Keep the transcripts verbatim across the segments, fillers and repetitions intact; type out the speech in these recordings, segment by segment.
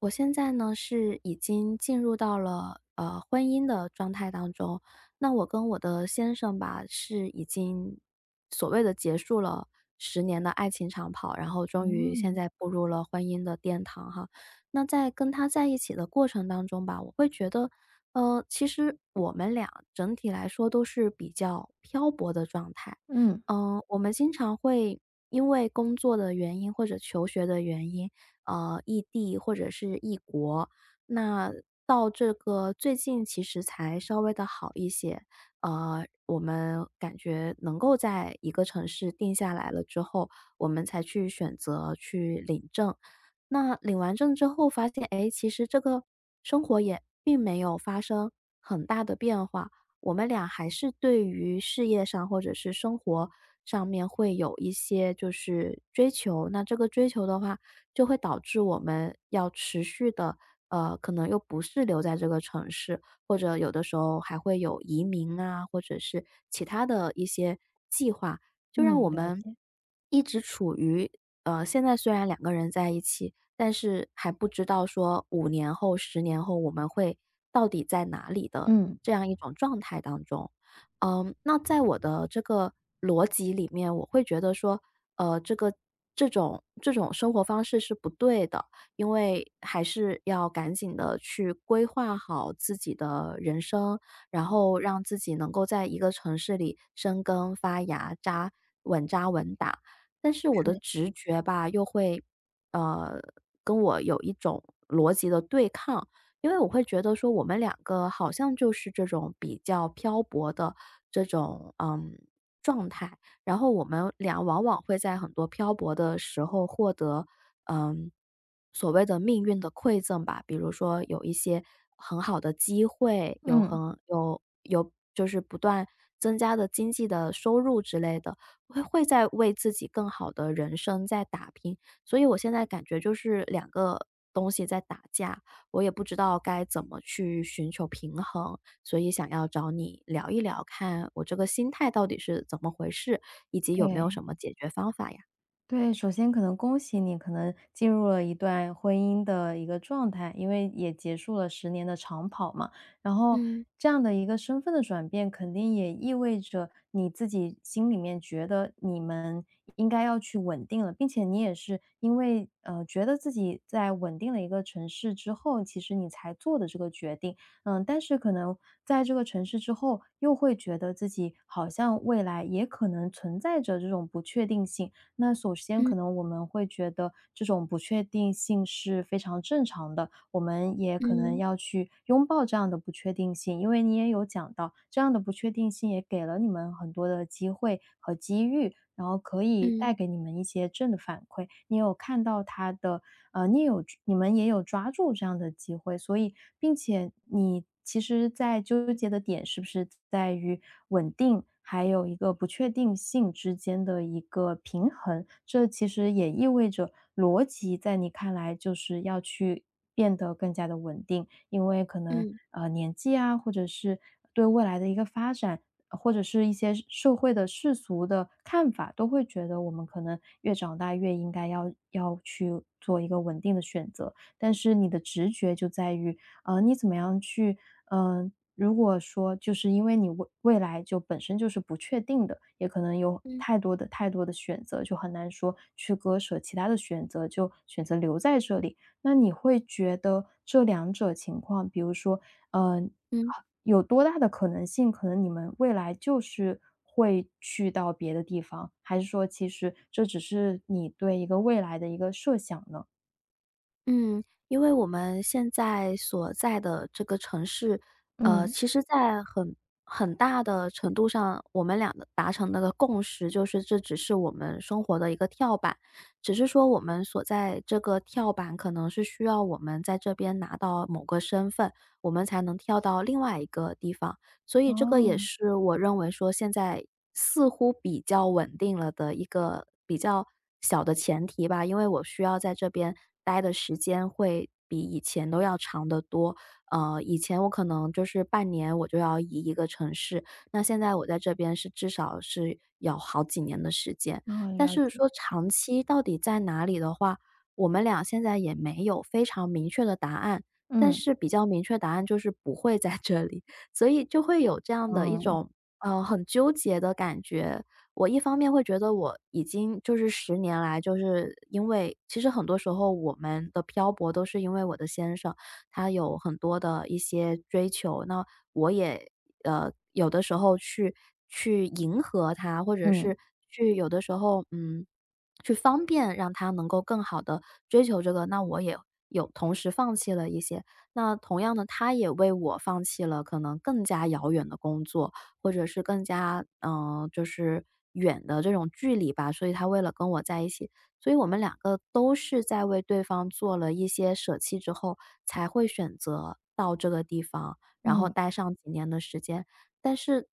我现在呢是已经进入到了呃婚姻的状态当中，那我跟我的先生吧是已经所谓的结束了十年的爱情长跑，然后终于现嗯，在步入了婚姻的殿堂哈。那在跟他在一起的过程当中吧，我会觉得，呃，其实我们俩整体来说都是比较漂泊的状态。嗯，嗯、我们经常会因为工作的原因或者求学的原因。呃，异地或者是异国。那到这个最近其实才稍微的好一些，呃，我们感觉能够在一个城市定下来了之后，我们才去选择去领证。那领完证之后发现，哎，其实这个生活也并没有发生很大的变化，我们俩还是对于事业上或者是生活上面会有一些就是追求。那这个追求的话，就会导致我们要持续的，呃，可能又不是留在这个城市，或者有的时候还会有移民啊，或者是其他的一些计划，就让我嗯，了们解，一直处于呃，现在虽然两个人在一起，但是还不知道说五年后、十年后我们会到底在哪里的嗯，这样一种状态当中。嗯，那在我的这个逻辑里面，我会觉得说，呃，这个这种这种生活方式是不对的，因为还是要赶紧的去规划好自己的人生，然后让自己能够在一个城市里生根发芽、扎稳扎稳打。但是我的是。直觉吧，又会呃跟我有一种逻辑的对抗。因为我会觉得说我们两个好像就是这种比较漂泊的这种嗯状态，然后我们俩往往会在很多漂泊的时候获得嗯所谓的命运的馈赠吧，比如说有一些很好的机会，有很嗯，有有就是不断增加的经济的收入之类的，会会在为自己更好的人生在打拼，所以我现在感觉就是两个东西在打架。我也不知道该怎么去寻求平衡，所以想要找你聊一聊，看我这个心态到底是怎么回事，以及有没有对。什么解决方法呀？对，首先可能恭喜你，可能进入了一段婚姻的一个状态，因为也结束了十年的长跑嘛。然后嗯这样的一个身份的转变，肯定也意味着你自己心里面觉得你们应该要去稳定了，并且你也是因为呃觉得自己在稳定了一个城市之后，其实你才做的这个决定。嗯，但是可能在这个城市之后，又会觉得自己好像未来也可能存在着这种不确定性。那首先嗯可能我们会觉得这种不确定性是非常正常的，我们也可能嗯要去拥抱这样的不确定性，因为你也有讲到，这样的不确定性也给了你们很多的机会和机遇，然后可以嗯带给你们一些正的反馈。你有看到它的呃，你有你们也有抓住这样的机会，所以并且你其实在纠结的点是不是在于稳定，还有一个不确定性之间的一个平衡？这其实也意味着逻辑在你看来就是要去变得更加的稳定，因为可能嗯呃年纪啊，或者是对未来的一个发展。或者是一些社会的世俗的看法，都会觉得我们可能越长大越应该要要去做一个稳定的选择。但是你的直觉就在于，呃，你怎么样去，嗯，如果说就是因为你未未来就本身就是不确定的，也可能有嗯太多的太多的选择，就很难说去割舍其他的选择，就选择留在这里。那你会觉得这两者情况，比如说嗯，嗯。有多大的可能性，可能你们未来就是会去到别的地方，还是说其实这只是你对一个未来的一个设想呢？嗯，因为我们现在所在的这个城市，呃，嗯，其实在很很大的程度上，我们俩的达成那个共识，就是这只是我们生活的一个跳板，只是说我们所在这个跳板可能是需要我们在这边拿到某个身份，我们才能跳到另外一个地方。所以这个也哦，是我认为说现在似乎比较稳定了的一个比较小的前提吧，因为我需要在这边待的时间会比以前都要长得多。呃，以前我可能就是半年我就要移一个城市，那现在我在这边是至少是有好几年的时间。哦，但了是解，说长期到底在哪里的话，我们俩现在也没有非常明确的答案，但嗯，是比较明确答案就是不会在这里。所以就会有这样的一嗯，种，呃，很纠结的感觉。我一方面会觉得我已经就是十年来就是因为其实很多时候我们的漂泊都是因为我的先生，他有很多的一些追求，那我也，呃，有的时候去去迎合他，或者是嗯，去有的时候，嗯，去方便让他能够更好的追求这个，那我也有同时放弃了一些。那同样呢，他也为我放弃了可能更加遥远的工作，或者是更加嗯、呃就是远的这种距离吧。所以他为了跟我在一起，所以我们两个都是在为对方做了一些舍弃之后，才会选择到这个地方，然后嗯，待上几年的时间。但是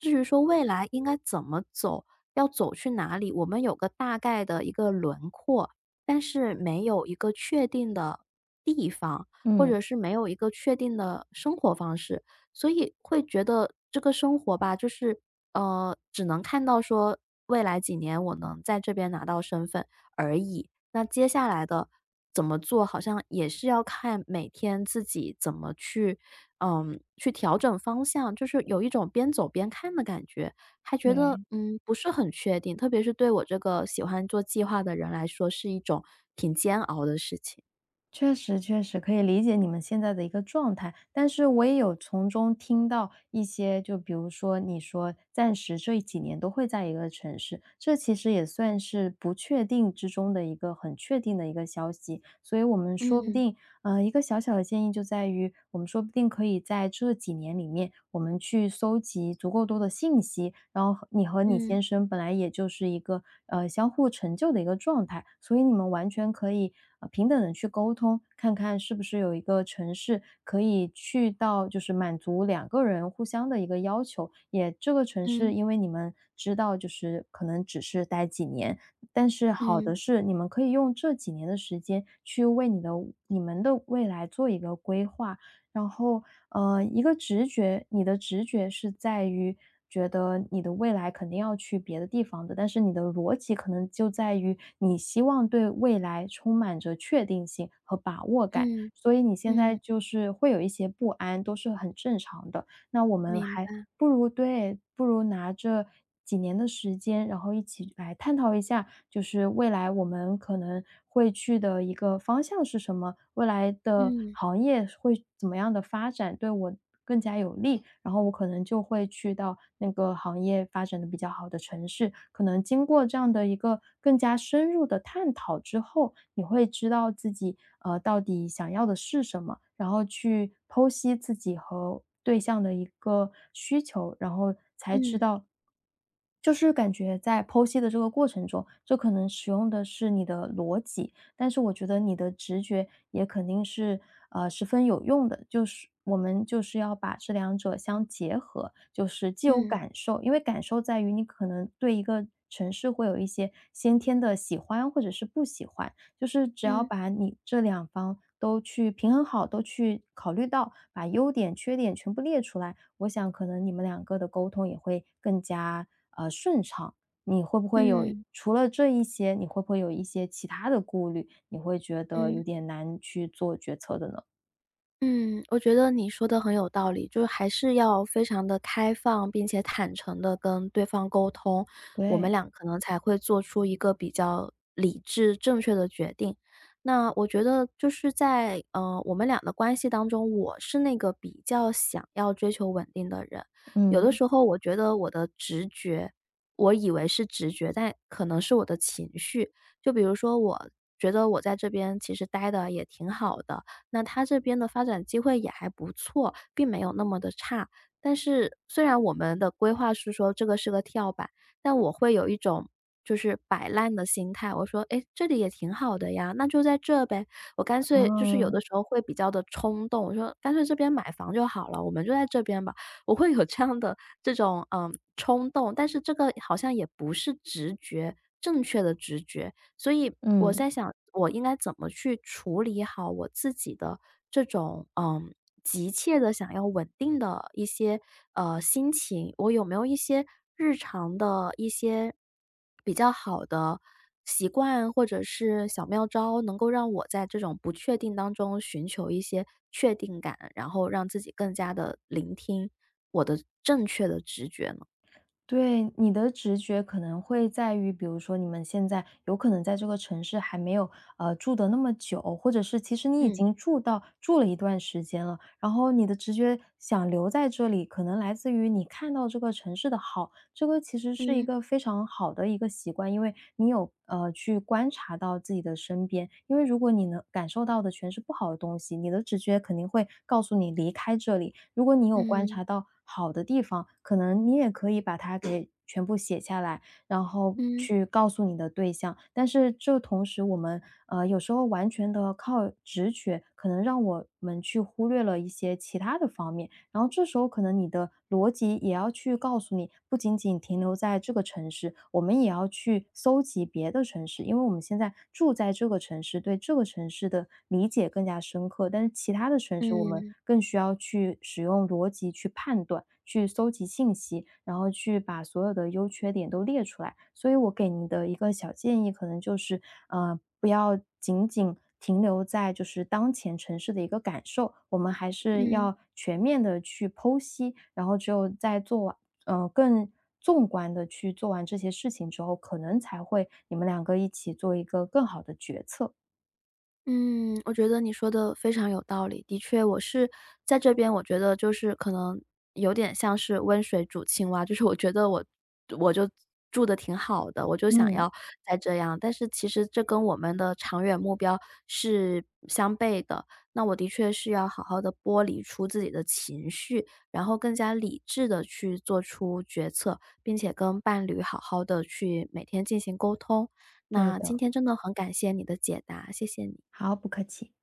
至于说未来应该怎么走，要走去哪里，我们有个大概的一个轮廓，但是没有一个确定的地方。或嗯，者是没有一个确定的生活方式，所以会觉得这个生活吧，就是呃，只能看到说未来几年我能在这边拿到身份而已。那接下来的怎么做，好像也是要看每天自己怎么去，嗯，去调整方向，就是有一种边走边看的感觉，还觉得对。嗯不是很确定，特别是对我这个喜欢做计划的人来说，是一种挺煎熬的事情。确实，确实可以理解你们现在的一个状态，但是我也有从中听到一些，就比如说你说暂时这几年都会在一个城市，这其实也算是不确定之中的一个很确定的一个消息，所以我们说不嗯定呃，一个小小的建议就在于，我们说不定可以在这几年里面，我们去搜集足够多的信息，然后和你和你嗯先生本来也就是一个呃相互成就的一个状态，所以你们完全可以呃平等的去沟通，看看是不是有一个城市可以去到，就是满足两个人互相的一个要求。也这个城市，嗯。因为你们知道，就是可能只是待几年，但是好嗯的是，你们可以用这几年的时间去为你的你们的未来做一个规划。然后，呃，一个直觉，你的直觉是在于觉得你的未来肯定要去别的地方的，但是你的逻辑可能就在于你希望对未来充满着确定性和把握感，嗯所以你现在嗯，就是会有一些不安，都是很正常的。那我们明还白，不如对，不如拿着几年的时间，然后一起来探讨一下，就是未来我们可能会去的一个方向是什么，未来的嗯行业会怎么样的发展，对我更加有利，然后我可能就会去到那个行业发展的比较好的城市。可能经过这样的一个更加深入的探讨之后，你会知道自己呃到底想要的是什么，然后去剖析自己和对象的一个需求，然后才知嗯道就是感觉在剖析的这个过程中，这可能使用的是你的逻辑，但是我觉得你的直觉也肯定是呃十分有用的。就是我们就是要把这两者相结合，就是既有嗯感受，因为感受在于你可能对一个城市会有一些先天的喜欢或者是不喜欢，就是只要嗯把你这两方都去平衡好，都去考虑到，把优点、缺点全部列出来，我想可能你们两个的沟通也会更加呃顺畅。你会不会有嗯嗯除了这一些，你会不会有一些其他的顾虑？你会觉得有嗯。点难去做决策的呢？嗯，我觉得你说的很有道理，就是还是要非常的开放，并且坦诚的跟对方沟通，我们对，俩可能才会做出一个比较理智、正确的决定。那我觉得就是在，呃，我们俩的关系当中，我是那个比较想要追求稳定的人。有的嗯，时候我觉得我的直觉，我以为是直觉，但可能是我的情绪。就比如说我觉得我在这边其实待的也挺好的，那它这边的发展机会也还不错，并没有那么的差。但是虽然我们的规划是说这个是个跳板，但我会有一种就是摆烂的心态，我说："哎，这里也挺好的呀，那就在这呗。"我干脆就是有的哦，时候会比较的冲动，我说："干脆这边买房就好了，我们就在这边吧。"我会有这样的这种，嗯，冲动，但是这个好像也不是直觉正确的直觉，所以我嗯。在想，我应该怎么去处理好我自己的这种嗯急切的想要稳定的一些呃心情？我有没有一些日常的一些比较好的习惯或者是小妙招，能够让我在这种不确定当中寻求一些确定感，然后让自己更加的聆听我的正确的直觉呢？对，你的直觉可能会在于，比如说你们现在有可能在这个城市还没有呃住的那么久，或者是其实你已嗯经住到住了一段时间了，然后你的直觉想留在这里，可能来自于你看到这个城市的好，这个其实是一嗯个非常好的一个习惯，因为你有呃去观察到自己的身边，因为如果你能感受到的全是不好的东西，你的直觉肯定会告诉你离开这里。如果你有观嗯察到好的地方，可能你也可以把它给全部写下来，然后嗯去告诉你的对象。但是这同时，我们呃有时候完全的靠直觉，可能让我们去忽略了一些其他的方面。然后这时候可能你的逻辑也要去告诉你，不仅仅停留在这个城市，我们也要去搜集别的城市，因为我们现在住在这个城市，对这个城市的理解更加深刻，但是其他的城市我们嗯更需要去使用逻辑去判断，去搜集信息，然后去把所有的优缺点都列出来。所以我给你的一个小建议，可能就是，呃，不要仅仅停留在就是当前城市的一个感受，我们还是嗯。要全面的去剖析，然后只有在做完呃，更纵观的去做完这些事情之后，可能才会你们两个一起做一个更好的决策。嗯，我觉得你说的非常有道理。的确，我是在这边我觉得就是可能有点像是温水煮青蛙，就是我觉得我我就住的挺好的，我就想嗯，要再这样。但是其实这跟我们的长远目标是相悖的，那我的确是要好好的剥离出自己的情绪，然后更加理智的去做出决策，并且跟伴侣好好的去每天进行沟通。对那今的，天真的很感谢你的解答，谢谢你。好，不客气。